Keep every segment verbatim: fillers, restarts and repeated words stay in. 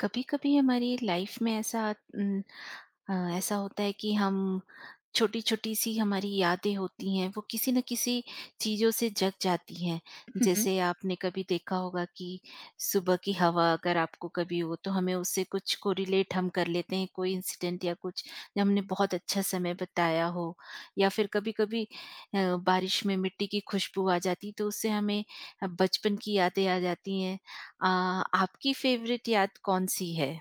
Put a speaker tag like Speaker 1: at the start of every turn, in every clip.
Speaker 1: कभी कभी हमारी लाइफ में ऐसा न, अ, ऐसा होता है कि हम छोटी छोटी सी हमारी यादें होती हैं वो किसी न किसी चीज़ों से जग जाती हैं।
Speaker 2: हुँ, हुँ।
Speaker 1: जैसे आपने कभी देखा होगा कि सुबह की हवा अगर आपको कभी हो तो हमें उससे कुछ को रिलेट हम कर लेते हैं, कोई इंसिडेंट या कुछ जो हमने बहुत अच्छा समय बताया हो, या फिर कभी कभी अ, बारिश में मिट्टी की खुशबू आ जाती तो उससे हमें अ, बचपन की यादें आ जाती हैं। अ, आपकी फेवरेट याद कौन-सी है?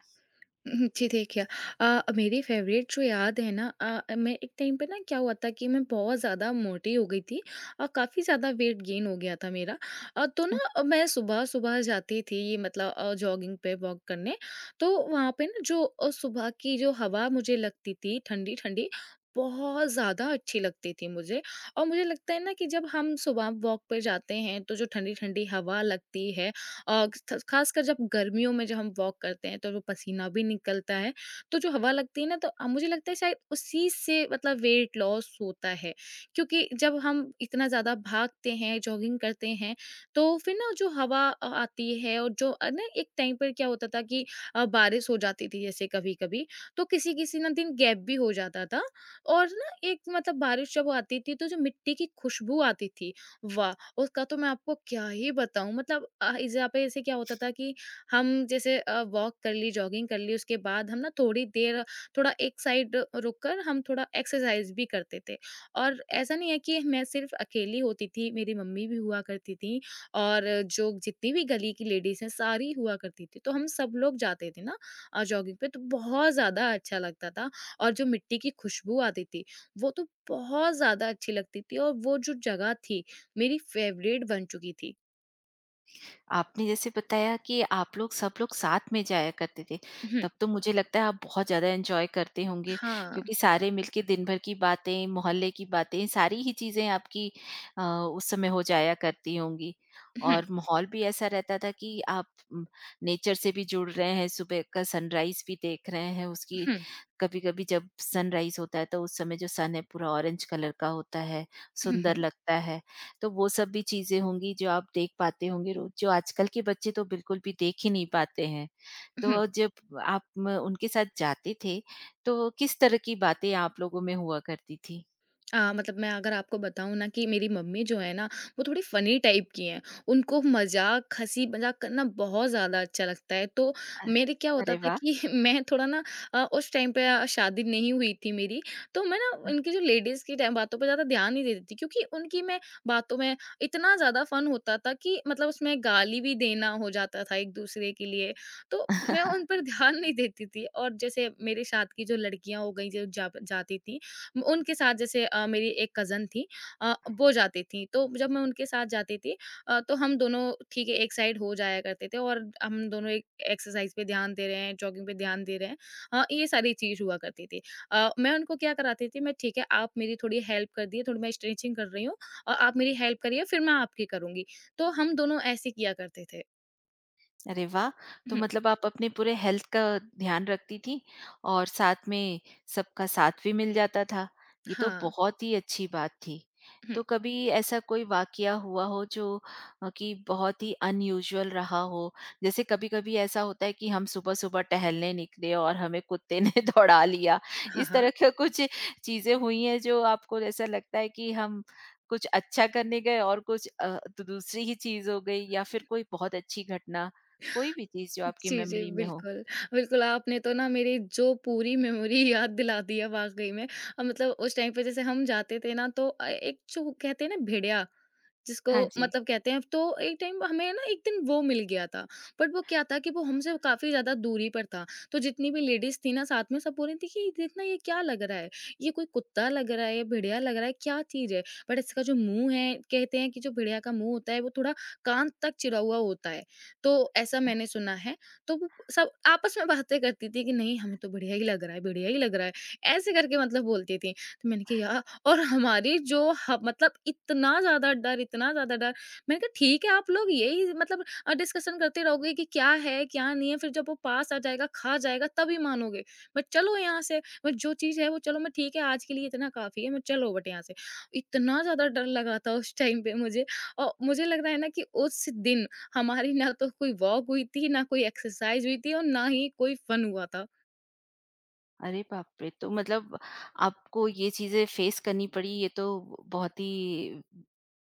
Speaker 2: उहुँ, जी देखिए। अ, मेरी फ़ेवरेट जो याद है ना, अ, मैं एक टाइम पे ना क्या हुआ था कि मैं बहुत ज़्यादा मोटी हो गई थी और काफ़ी ज़्यादा वेट गेन हो गया था मेरा। अ, तो ना अ, मैं सुबह-सुबह जाती थी ये मतलब अ, जॉगिंग पे वॉक करने, तो वहाँ पे ना जो अ, सुबह की जो हवा मुझे लगती थी ठंडी-ठंडी, बहुत ज़्यादा अच्छी लगती थी मुझे। और मुझे लगता है ना कि जब हम सुबह वॉक पे जाते हैं, तो जो ठंडी-ठंडी हवा लगती है, अ, ख ख़ासकर जब गर्मियों में जब हम वॉक करते हैं तो वो पसीना भी निकलता है, तो जो हवा लगती है ना तो अ, मुझे लगता है शायद उसी से मतलब वेट लॉस होता है। क्योंकि जब हम इतना ज़्यादा भागते हैं, जॉगिंग करते हैं, तो फिर ना जो हवा अ, आती है। और जो अ, ना एक टाइम पर क्या होता था कि अ, बारिश हो जाती थी जैसे कभी-कभी, तो किसी-किसी ना दिन गैप भी हो जाता था और ना एक मतलब बारिश जब आती थी तो जो मिट्टी की खुशबू आती थी, वाह! उसका तो मैं आपको क्या ही बताऊँ। मतलब अ, इस यहाँ पे ऐसे क्या होता था कि हम जैसे अ, वॉक कर ली, जॉगिंग कर ली, उसके बाद हम ना थोड़ी देर, थोड़ा एक साइड रुक कर हम थोड़ा एक्सरसाइज़ भी करते थे। और ऐसा नहीं है कि मैं सिर्फ अकेली होती थी, मेरी मम्मी भी हुआ करती थीं और जो जितनी भी गली की लेडीज़ हैं, सारी हुआ करती थी। तो हम सब लोग जाते थे ना अ, जॉगिंग पे, तो बहुत ज़्यादा अच्छा लगता था। और जो मिट्टी की खुशबू आती थी, वो तो बहुत ज़्यादा अच्छी लगती थी और वो जो जगह थी मेरी फेवरेट बन चुकी थी।
Speaker 1: आपने जैसे बताया कि आप लोग सब लोग साथ में जाया करते थे,
Speaker 2: हुँ,
Speaker 1: तब तो मुझे लगता है आप बहुत ज़्यादा एन्जॉय करते होंगे,
Speaker 2: हाँ।
Speaker 1: क्योंकि सारे मिलके दिन भर की बातें, मोहल्ले की बातें, सारी ही चीज़ें आपकी अ, उस समय हो जाया करती होंगी।
Speaker 2: हुँ,
Speaker 1: और माहौल भी ऐसा रहता था कि आप उम, नेचर से भी जुड़ रहे हैं, सुबह का सनराइज़ भी देख रहे हैं, उसकी
Speaker 2: हुँ,
Speaker 1: कभी-कभी जब सनराइज़ होता है, तो उस समय जो सन है पूरा ऑरेंज कलर का होता है,
Speaker 2: हुँ, हुँ,
Speaker 1: सुंदर लगता है। तो वो सब भी चीज़ें होंगी जो आप देख पाते होंगे रोज़, जो आजकल के बच्चे तो बिल्कुल भी देख ही नहीं पाते हैं।
Speaker 2: हुँ।
Speaker 1: तो जब आप म उनके साथ जाते थे, तो किस तरह की बातें आप लोगों में हुआ करती थी?
Speaker 2: अ, मतलब मैं अगर आपको बताऊँ ना कि मेरी मम्मी जो है ना, वो थोड़ी फ़नी टाइप की हैं। उनको मज़ाक, हँसी-मज़ाक करना बहुत ज़्यादा अच्छा लगता है। तो
Speaker 1: अ,
Speaker 2: मेरे क्या होता
Speaker 1: अरे
Speaker 2: था
Speaker 1: वाह!
Speaker 2: कि मैं थोड़ा ना, अ, उस टाइम पे अ, शादी नहीं हुई थी मेरी, तो मैं ना इनकी जो लेडीज़ की ट बातों पे ज़्यादा ध्यान नहीं देती थी, क्योंकि उनकी मैं बातों में इतना ज़्यादा फ़न होता था कि मतलब उसमें गाली भी देना हो जाता था एक-दूसरे के लिए, तो मैं उन पर ध्यान नहीं देती थी। और जैसे मेरे साथ की जो लड़कियाँ हो गईं, जो जा जाती थी उनके साथ, जैसे अ, मेरी एक कज़न थी, अ, वो जाती थी, तो जब मैं उनके साथ जाती थी अ, तो हम दोनों ठीक है एक साइड हो जाया करते थे और हम दोनों एक एक्सरसाइज़ पे ध्यान दे रहे हैं, जॉगिंग पे ध्यान दे रहे हैं। अ, ये सारी चीज़ हुआ करती थी। अ, मैं उनको क्या कराती थी, मैं ठीक है आप मेरी थोड़ी हेल्प कर दिए, थोड़ी मैं स्ट्रेचिंग कर रही हूँ और आप मेरी हेल्प करिए फिर मैं आपकी करूँगी। तो हम दोनों ऐसे किया करते थे।
Speaker 1: अरे वाह! तो
Speaker 2: हुँ,
Speaker 1: मतलब आप अपने पूरे हेल्थ का ध्यान रखती थीं और साथ में सबका साथ भी मिल जाता था। ये तो
Speaker 2: हाँ।
Speaker 1: बहुत ही अच्छी बात थी।
Speaker 2: हुँ।
Speaker 1: तो कभी ऐसा कोई वाक़या हुआ हो जो अ, कि बहुत ही अनयूजुअल रहा हो? जैसे कभी-कभी ऐसा होता है कि हम सुबह-सुबह टहलने निकले और हमें कुत्ते ने दौड़ा लिया।
Speaker 2: हाँ,
Speaker 1: इस तरह
Speaker 2: हाँ।
Speaker 1: का कुछ चीज़ें हुई हैं जो आपको ऐसा लगता है कि हम कुछ अच्छा करने गए और कुछ अ, तो दूसरी ही चीज़ हो गई, या फिर कोई बहुत अच्छी घटना? कोई भी चीज़ जो आपकी
Speaker 2: जी, जी,
Speaker 1: मेमोरी में हो?
Speaker 2: बिल्कुल। बिल्कुल, आपने तो ना मेरी जो पूरी मेमोरी याद दिला दी है वाक़ई में। अ, मतलब उस टाइम पे जैसे हम जाते थे ना, तो अ, एक जो कहते हैं ना भेड़िया, जिसको
Speaker 1: हाँ जी।
Speaker 2: मतलब कहते हैं, तो एक टाइम हमें ना एक दिन वो मिल गया था। बट वो क्या था कि वो हमसे काफ़ी ज़्यादा दूरी पर था। तो जितनी भी लेडीज़ थी ना साथ में, सब बोल रही थी कि देखना ये क्या लग रहा है? ये कोई कुत्ता लग रहा है या भेड़िया लग रहा है, क्या चीज़ है? बट इसका जो मुँह है, कहते हैं कि जो भेड़िया का मुँह होता है वो थोड़ा कान तक चिरा हुआ होता है। तो ऐसा मैंने सुना है। तो वो सब आपस में बातें करती थी कि नहीं हमें तो बढ़िया ही लग रहा है, बढ़िया ही लग रहा है, ऐसे करके मतलब बोलती थी। तो मैंने कहा यार, और हमारी जो ह मतलब इतना ज़्यादा डर, इतना ज़्यादा डर। मैंने कहा ठीक है आप लोग यही मतलब अ, डिस्कशन करते रहोगे कि क्या है, क्या नहीं है, फिर जब वो पास आ जाएगा, खा जाएगा तभी मानोगे। बट चलो यहाँ से, बट जो चीज़ है वो चलो, मैं ठीक है आज के लिए इतना काफ़ी है, मैं चलो बट यहाँ से। इतना ज़्यादा डर लगा था उस टाइम पे मुझे। और मुझे लग रहा है ना कि उस दिन हमारी ना तो कोई वॉक हुई थी, ना कोई एक्सरसाइज़ हुई थी और ना ही कोई फन हुआ था।
Speaker 1: अरे बाप रे! तो मतलब आपको ये चीज़ें फेस करनी पड़ी, ये तो बहुत ही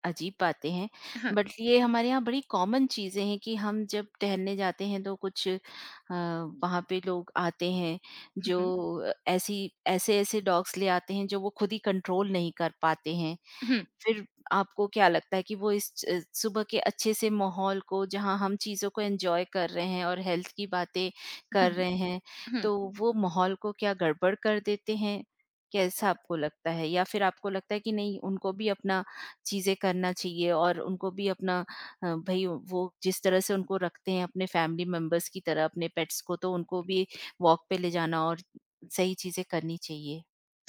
Speaker 1: अजीब बातें हैं।
Speaker 2: हाँ।
Speaker 1: बट ये हमारे यहाँ बड़ी कॉमन चीज़ें हैं कि हम जब टहलने जाते हैं तो कुछ अ, वहाँ पे लोग आते हैं
Speaker 2: हुँ,
Speaker 1: जो
Speaker 2: हुँ।
Speaker 1: ऐसी ऐसे-ऐसे डॉग्स ले आते हैं जो वो खुद ही कंट्रोल नहीं कर पाते हैं।
Speaker 2: हुँ,
Speaker 1: फिर आपको क्या लगता है कि वो इस च सुबह के अच्छे से माहौल को, जहाँ हम चीज़ों को एन्जॉय कर रहे हैं और हेल्थ की बातें
Speaker 2: हुँ,
Speaker 1: कर रहे हैं,
Speaker 2: हुँ।
Speaker 1: तो वो माहौल को क्या गड़बड़ कर देते हैं? कैसा आपको लगता है? या फिर आपको लगता है कि नहीं, उनको भी अपना चीज़ें करना चाहिए और उनको भी अपना अ, भई वो जिस तरह से उनको रखते हैं अपने फैमिली मेंबर्स की तरह अपने पेट्स को, तो उनको भी वॉक पे ले जाना और सही चीज़ें करनी चाहिए?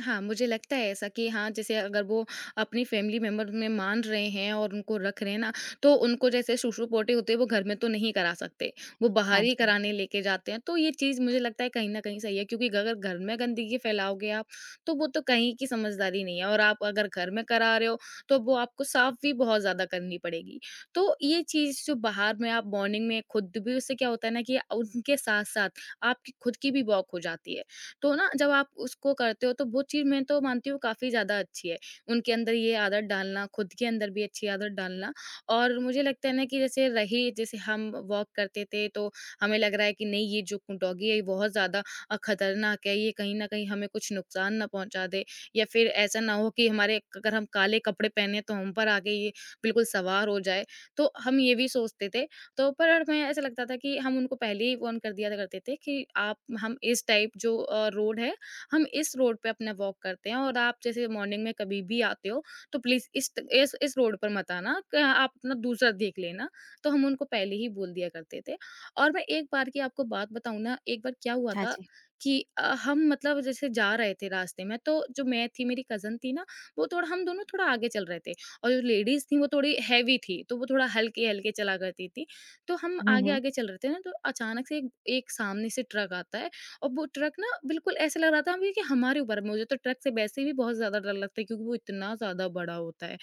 Speaker 2: हाँ, मुझे लगता है ऐसा कि हाँ, जैसे अगर वो अपनी फैमिली मेंबर में मान रहे हैं और उनको रख रहे हैं ना, तो उनको जैसे सुसु-पोटी होती है वो घर में तो नहीं करा सकते, वो बाहर
Speaker 1: हाँ
Speaker 2: ही
Speaker 1: जी।
Speaker 2: कराने लेके जाते हैं। तो ये चीज़ मुझे लगता है कहीं न कहीं सही है, क्योंकि अगर घर में गंदगी फैलाओगे आप, तो वो तो कहीं की समझदारी नहीं है। और आप अगर घर में करा रहे हो, तो वो आपको साफ भी बहुत ज़्यादा करनी पड़ेगी। तो ये चीज़ जो बाहर में आप मॉर्निंग में खुद भी, उससे क्या होता है ना कि उनके साथ-साथ आपकी खुद की भी वॉक हो जाती है। तो ना जब आप उसको करते हो तो वो चीज़ मैं तो मानती हूँ काफ़ी ज़्यादा अच्छी है। उनके अंदर ये आदत डालना, खुद के अंदर भी अच्छी आदत डालना। और मुझे लगता है ना कि जैसे रही, जैसे हम वॉक करते थे तो हमें लग रहा है कि नहीं ये जो डॉगी है ये बहुत ज़्यादा अ, खतरनाक है, ये कहीं न कहीं हमें कुछ नुकसान ना पहुँचा दे, या फिर ऐसा ना हो कि हमारे, अगर हम काले कपड़े पहने तो हम पर आके ये बिल्कुल सवार हो जाए। तो हम ये भी सोचते थे। तो पर हमें ऐसा लगता था कि हम उनको पहले ही वॉर्न कर दिया करते थे कि आप, हम इस टाइप जो अ, रोड है, हम इस रोड पे अपना वॉक करते हैं और आप जैसे मॉर्निंग में कभी भी आते हो तो प्लीज इस, इस इस रोड पर मत आना, क- आप अपना दूसरा देख लेना। तो हम उनको पहले ही बोल दिया करते थे। और मैं एक बार की आपको बात बताऊं ना, एक बार क्या हुआ
Speaker 1: हाँ
Speaker 2: था
Speaker 1: जी।
Speaker 2: कि अ, हम मतलब जैसे जा रहे थे रास्ते में, तो जो मैं थी, मेरी कजन थी ना, वो थोड़ा, हम दोनों थोड़ा आगे चल रहे थे और जो लेडीज थी वो थोड़ी हैवी थी तो वो थोड़ा हल्के हल्के चला करती थी। तो हम
Speaker 1: हुँ, हुँ।
Speaker 2: आगे-आगे चल रहे थे ना, तो अचानक से एक एक सामने से ट्रक आता है। और वो ट्रक ना, बिल्कुल ऐसा लग रहा था हमें कि हमारे ऊपर है। मुझे तो ट्रक से वैसे भी बहुत ज़्यादा डर लगता है, क्योंकि वो इतना ज़्यादा बड़ा होता है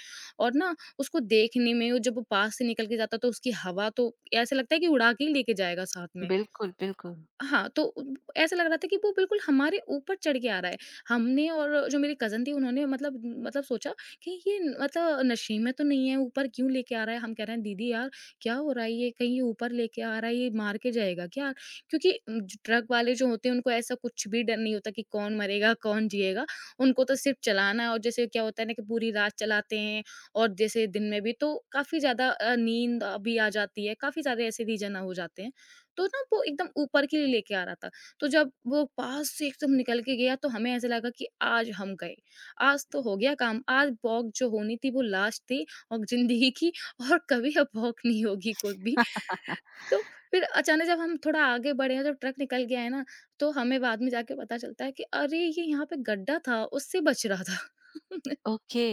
Speaker 2: और ना उसको देखने में, वो जब वो पास से निकल के जाता है तो उसकी हवा तो ऐसा लगता है कि उड़ा के ही लेके जाएगा साथ में।
Speaker 1: बिल्कुल, बिल्कुल।
Speaker 2: हाँ, तो उम, ऐसा लग रहा था कि वो बिल्कुल हमारे ऊपर चढ़ के आ रहा है। हमने और जो मेरी कज़िन थी उन्होंने मतलब, मतलब सोचा कि ये न- मतलब नशे में तो नहीं है, ऊपर क्यों लेके आ रहा है? हम कह रहे हैं दीदी यार क्या हो रहा है ये? कहीं ये ऊपर लेके आ रहा है, ये मार के जाएगा क्या? क्योंकि ज ट्रक वाले जो होते हैं उनको ऐसा कुछ भी डर नहीं होता कि कौन मरेगा, कौन जिएगा। उनको तो सिर्फ़ चलाना है। और जैसे क्या होता है ना कि पूरी रात चलाते हैं और जैसे दिन में भी तो काफ़ी ज़्यादा अ, नींद भी आ जाती है, काफ़ी सारे ऐसे रीज़न हो जाते हैं। तो ना वो एकदम ऊपर के लिए लेके आ रहा था। तो जब वो पास से एकदम निकल के गया तो हमें ऐसा लगा कि आज हम गए। आज तो हो गया काम, आज वॉक जो होनी थी वो लास्ट थी और ज़िंदगी की और कभी अब वॉक नहीं होगी कोई भी। तो फिर अचानक जब हम थोड़ा आगे बढ़े हैं, जब ट्रक निकल गया है ना, तो हमें बाद में जाके पता चलता है कि अरे! ये यहाँ पे गड्ढा था उससे बच रहा था।
Speaker 1: ओके।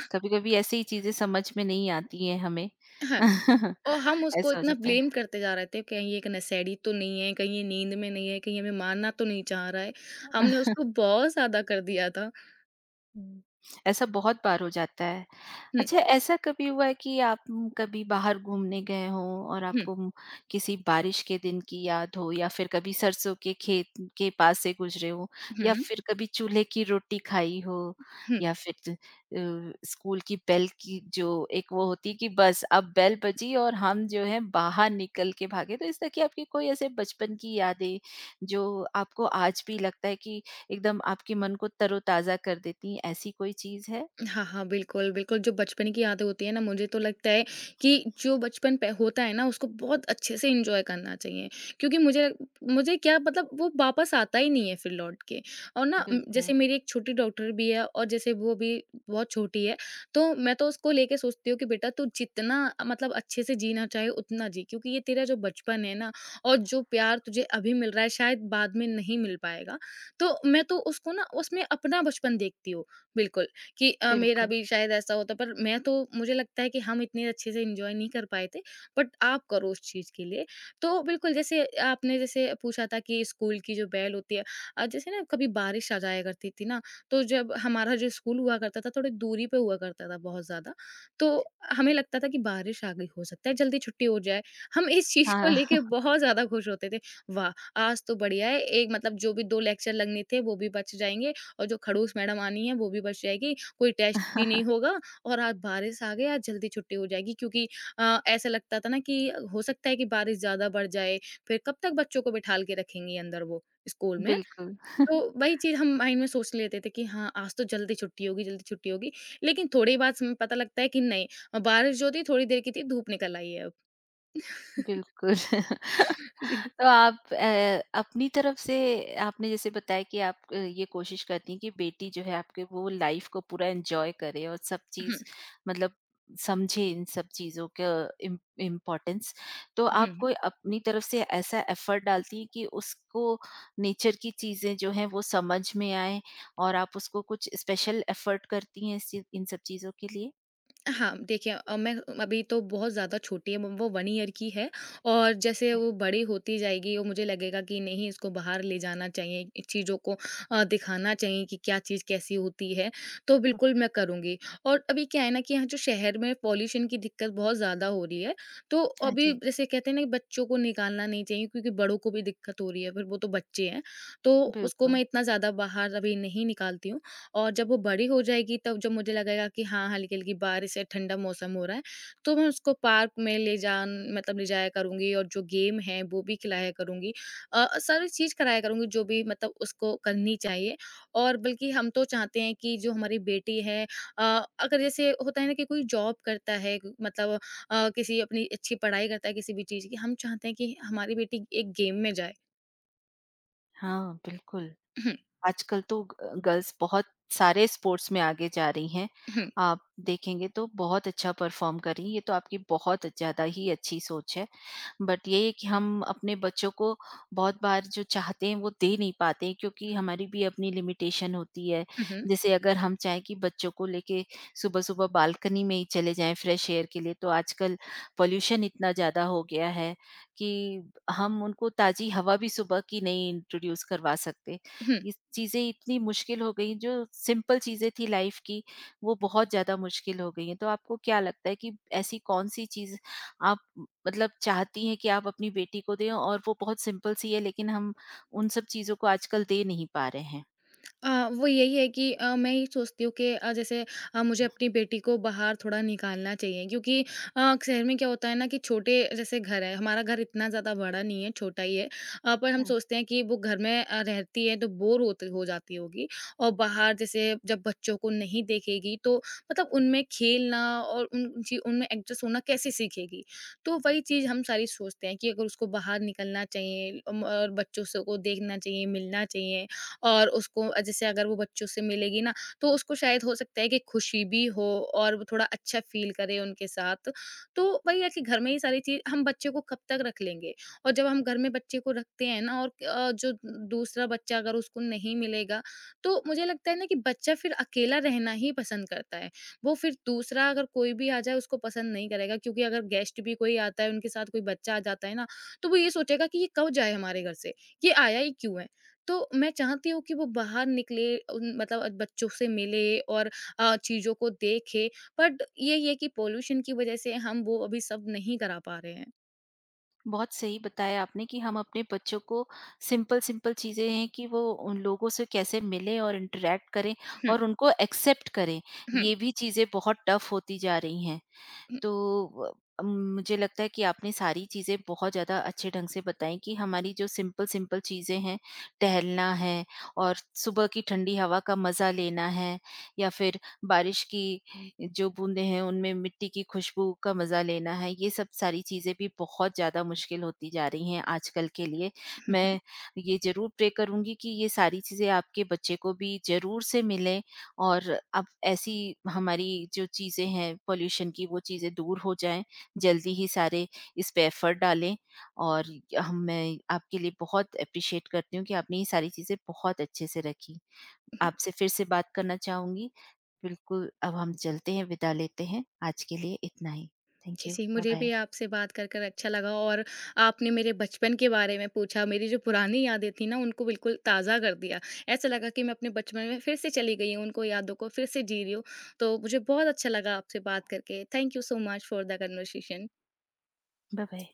Speaker 1: तो कभी-कभी ऐसी ही चीज़ें समझ में नहीं आती हैं हमें।
Speaker 2: हाँ। और हम उसको
Speaker 1: ऐसा हो
Speaker 2: इतना
Speaker 1: जाता है।
Speaker 2: ब्लेम करते जा रहे थे, कहीं ये एक नशेड़ी तो नहीं है, कहीं ये नींद में नहीं है, कहीं हमें मारना तो नहीं चाह रहा है। हमने उसको बहुत ज़्यादा कर दिया था।
Speaker 1: हुँ। ऐसा बहुत बार हो जाता है।
Speaker 2: हुँ,
Speaker 1: अच्छा, ऐसा कभी हुआ है कि आप म, कभी बाहर घूमने गए हो और
Speaker 2: हुँ,
Speaker 1: आपको म, किसी बारिश के दिन की याद हो, या फिर कभी सरसों के खेत के पास से गुजरे हो, या
Speaker 2: हुँ,
Speaker 1: फिर कभी चूल्हे की रोटी खाई हो,
Speaker 2: हुँ।
Speaker 1: या फिर त- अ, स्कूल की बेल की जो एक वो होती कि बस अब बेल बजी और हम जो है बाहर निकल के भागे, तो इस तरह की आपकी कोई ऐसे बचपन की यादें जो आपको आज भी लगता है कि एकदम आपके मन को तरोताजा कर देती हैं, ऐसी कोई चीज है?
Speaker 2: हाँ, हाँ, बिल्कुल, बिल्कुल, जो बचपन की यादें होती हैं ना, मुझे तो लगता है कि जो बचपन पे होता है ना, उसको बहुत अच्छे से एन्जॉय करना चाहिए। क्योंकि मुझे मुझे क्या मतलब वो वापस आता ही नहीं है फिर लौट के और ना उम, जैसे
Speaker 1: बिल्कुल
Speaker 2: मेरी एक छोटी डॉटर भी है और जैसे वो भी बहुत छोटी है, तो मैं तो उसको लेके सोचती हूँ कि बेटा तू जितना मतलब अच्छे से जीना चाहे उतना जी, क्योंकि ये तेरा जो बचपन है ना और जो प्यार तुझे अभी मिल रहा है, शायद बाद में नहीं मिल पाएगा। तो मैं तो उसको ना उसमें अपना बचपन देखती हूँ, बिल्कुल। कि अ, मेरा
Speaker 1: बिल्कुल
Speaker 2: भी शायद ऐसा होता पर मैं तो मुझे लगता है कि हम इतने अच्छे से एंजॉय नहीं कर पाए थे बट आप करो उस चीज़ के लिए। तो बिल्कुल जैसे आपने जैसे पूछा था कि स्कूल की जो बेल होती है अ, जैसे ना कभी बारिश आ जाया करती थी ना, तो जब हमारा जो स्कूल हुआ करता था थोड़ी दूरी पे हुआ करता था बहुत ज़्यादा, तो हमें लगता था कि बारिश आ गई हो सकता है जल्दी छुट्टी हो जाए। हम इस चीज़ को लेके
Speaker 1: हाँ।
Speaker 2: बहुत ज़्यादा खुश होते थे। वाह! आज तो बढ़िया है एक मतलब जो भी दो लेक्चर लगने थे वो भी बच जाएँगे और जो खड़ूस मैडम आनी है वो भी बच जाएगी कोई टेस्ट भी नहीं होगा और आज बारिश आ गई आज जल्दी छुट्टी हो जाएगी क्योंकि अ, ऐसा लगता था ना कि हो सकता है कि बारिश ज़्यादा बढ़ जाए, फिर कब तक बच्चों को बिठाल के रखेंगी अंदर वो स्कूल में।
Speaker 1: बिल्कुल,
Speaker 2: तो वही चीज़ हम माइंड में सोच लेते थे कि हाँ, आज तो जल्दी छुट्टी होगी, जल्दी छुट्टी होगी। लेकिन थोड़ी बाद से पता लगता है कि नहीं अ, बारिश जो थी थोड़ी देर की थी, धूप निकल आई है अब।
Speaker 1: बिल्कुल।
Speaker 2: जी।
Speaker 1: तो आप अ, अपनी तरफ से आपने जैसे बताया कि आप अ, ये कोशिश करती हैं कि बेटी जो है आपके, वो लाइफ को पूरा एन्जॉय करे और सब
Speaker 2: हुँ,
Speaker 1: चीज़ मतलब समझे, इन सब चीज़ों का इम इम्पोर्टेंस। तो आप
Speaker 2: हुँ।
Speaker 1: कोई अपनी तरफ से ऐसा एफर्ट डालती हैं कि उसको नेचर की चीज़ें जो हैं वो समझ में आएँ, और आप उसको कुछ स्पेशल एफर्ट करती हैं इस चीज़ इन सब चीज़ों के लिए?
Speaker 2: हाँ, देखिए अ, मैं अभी तो बहुत ज़्यादा छोटी है, वो वन ईयर की है और जैसे
Speaker 1: क्या?
Speaker 2: वो बड़ी होती जाएगी और मुझे लगेगा कि नहीं इसको बाहर ले जाना चाहिए, इन चीज़ों को अ, दिखाना चाहिए कि क्या चीज़ कैसी होती है, तो बिल्कुल मैं करूँगी। और अभी क्या है ना कि यहाँ जो शहर में पॉल्यूशन की दिक्कत बहुत ज़्यादा हो रही है, तो
Speaker 1: हाँ
Speaker 2: अभी
Speaker 1: जी।
Speaker 2: जैसे कहते हैं ना कि बच्चों को निकालना नहीं चाहिए क्योंकि बड़ों को भी दिक्कत हो रही है, फिर वो तो बच्चे हैं, तो उसको
Speaker 1: बिल्कुल,
Speaker 2: मैं इतना ज़्यादा बाहर अभी नहीं निकालती हूँ। और जब वो बड़ी हो जाएगी तब जब मुझे लगेगा कि हाँ, हल्की-हल्की बारिश है, ठंडा मौसम हो रहा है, तो मैं उसको पार्क में ले जान मतलब ले जाया करूँगी और जो गेम है वो भी खिलाया करूँगी। अ, सारी चीज़ कराया करूँगी जो भी मतलब उसको करनी चाहिए और बल्कि हम तो चाहते हैं कि जो हमारी बेटी है अ, अगर जैसे होता है ना कि कोई जॉब करता है क- मतलब अ, किसी अपनी अच्छी पढ़ाई करता है किसी भी चीज़ की, हम चाहते हैं कि हमारी बेटी एक गेम में जाए।
Speaker 1: हाँ, बिल्कुल। आजकल तो ग गर्ल्स बहुत सारे स्पोर्ट्स में आगे जा रही हैं। आप देखेंगे तो बहुत अच्छा परफ़ॉर्म कर रही हैं, ये तो आपकी बहुत ज़्यादा ही अच्छी सोच है। बट ये है कि हम अपने बच्चों को बहुत बार जो चाहते हैं वो दे नहीं पाते हैं, क्योंकि हमारी भी अपनी लिमिटेशन होती है। जैसे अगर हम चाहें कि बच्चों को लेके सुबह-सुबह बालकनी में ही चले जाएँ फ्रेश एयर के लिए, तो आजकल पॉल्यूशन इतना ज़्यादा हो गया है कि हम उनको ताज़ी हवा भी सुबह की नहीं इंट्रोड्यूस करवा सकते। ये चीज़ें इतनी मुश्किल हो गई, जो सिंपल चीज़ें थी लाइफ की वो बहुत ज़्यादा मुश्किल हो गई हैं। तो आपको क्या लगता है कि ऐसी कौन-सी चीज़ आप म, मतलब चाहती हैं कि आप अपनी बेटी को दें, और वो बहुत सिंपल सी है लेकिन हम उन सब चीज़ों को आजकल दे नहीं पा रहे हैं?
Speaker 2: अ, वो यही है कि अ, मैं ये सोचती हूँ कि अ, जैसे अ, मुझे अपनी बेटी को बाहर थोड़ा निकालना चाहिए क्योंकि अ, शहर में क्या होता है ना कि छोटे जैसे घर है हमारा घर इतना ज़्यादा बड़ा नहीं है छोटा ही है अ, पर हम
Speaker 1: हाँ,
Speaker 2: सोचते हैं कि वो घर में अ, रहती है तो बोर होती हो जाती होगी और बाहर जैसे जब बच्चों को नहीं देखेगी तो मतलब उनमें खेलना और उन उन ची- उनमें एडजस्ट होना कैसे सीखेगी तो वही चीज़ हम सारी सोचते हैं कि अगर उसको बाहर निकलना चाहिए अम, और बच्चों से को देखना चाहिए मिलना चाहिए और उसको जैसे अगर वो बच्चों से मिलेगी ना, तो उसको शायद हो सकता है कि खुशी भी हो और वो थोड़ा अच्छा फ़ील करे उनके साथ। तो वही है कि घर में ये सारी चीज़ हम बच्चे को कब तक रख लेंगे? और जब हम घर में बच्चे को रखते हैं ना और अ, जो दूसरा बच्चा अगर उसको नहीं मिलेगा, तो मुझे लगता है ना कि बच्चा फिर अकेला रहना ही पसंद करता है। वो फिर दूसरा अगर कोई भी आ जाए उसको पसंद नहीं करेगा क्योंकि अगर गेस्ट भी कोई आता है, उनके साथ कोई बच्चा आ जाता है ना, तो वो ये सोचेगा कि ये कब जाए हमारे घर से? ये आया ही क्यों है? तो मैं चाहती हूँ कि वो बाहर निकले उन मतलब अ, बच्चों से मिले और अ, चीज़ों को देखे बट यही है कि पॉल्यूशन की वज़ह से हम वो अभी सब नहीं करा पा रहे हैं।
Speaker 1: बहुत सही बताया आपने कि हम अपने बच्चों को सिंपल-सिंपल चीज़ें हैं कि वो उन लोगों से कैसे मिलें और इंटरैक्ट करें
Speaker 2: हम्म,
Speaker 1: और उनको एक्सेप्ट करें।
Speaker 2: हम्म,
Speaker 1: ये भी चीज़ें बहुत टफ होती जा रही हैं।
Speaker 2: हम्म,
Speaker 1: तो अ, मुझे लगता है कि आपने सारी चीज़ें बहुत ज़्यादा अच्छे ढंग से बताई कि हमारी जो सिंपल-सिंपल चीज़ें हैं, टहलना है और सुबह की ठंडी हवा का मज़ा लेना है, या फिर बारिश की जो बूँदें हैं, उनमें मिट्टी की खुशबू का मज़ा लेना है, ये सब सारी चीज़ें भी बहुत ज़्यादा मुश्किल होती जा रही हैं आजकल के लिए।
Speaker 2: हम्म,
Speaker 1: मैं ये ज़रूर प्रे करूँगी कि ये सारी चीज़ें आपके बच्चे को भी ज़रूर से मिलें, और अब ऐसी हमारी जो चीज़ें हैं पॉल्यूशन की वो चीज़ें दूर हो जाएँ, जल्दी ही सारे इस पे एफ़र्ट डालें, और हम मैं आपके लिए बहुत एप्रिशिएट करती हूँ कि आपने ये सारी चीज़ें बहुत अच्छे से रखी।
Speaker 2: हम्म।
Speaker 1: आपसे फिर से बात करना चाहूँगी। बिल्कुल, अब हम चलते हैं, विदा लेते हैं। आज के लिए इतना ही। Thank
Speaker 2: ji,
Speaker 1: you.
Speaker 2: जी, मुझे भी
Speaker 1: बाय-बाय।
Speaker 2: आपसे बात कर, कर अच्छा लगा और आपने मेरे बचपन के बारे में पूछा, मेरी जो पुरानी यादें थी ना उनको बिल्कुल ताज़ा कर दिया। ऐसा लगा कि मैं अपने बचपन में फिर से चली गई हूँ, उनको यादों को फिर से जी रही हूँ। तो मुझे बहुत अच्छा लगा आपसे बात करके। Thank you so much for the conversation.
Speaker 1: Bye-bye.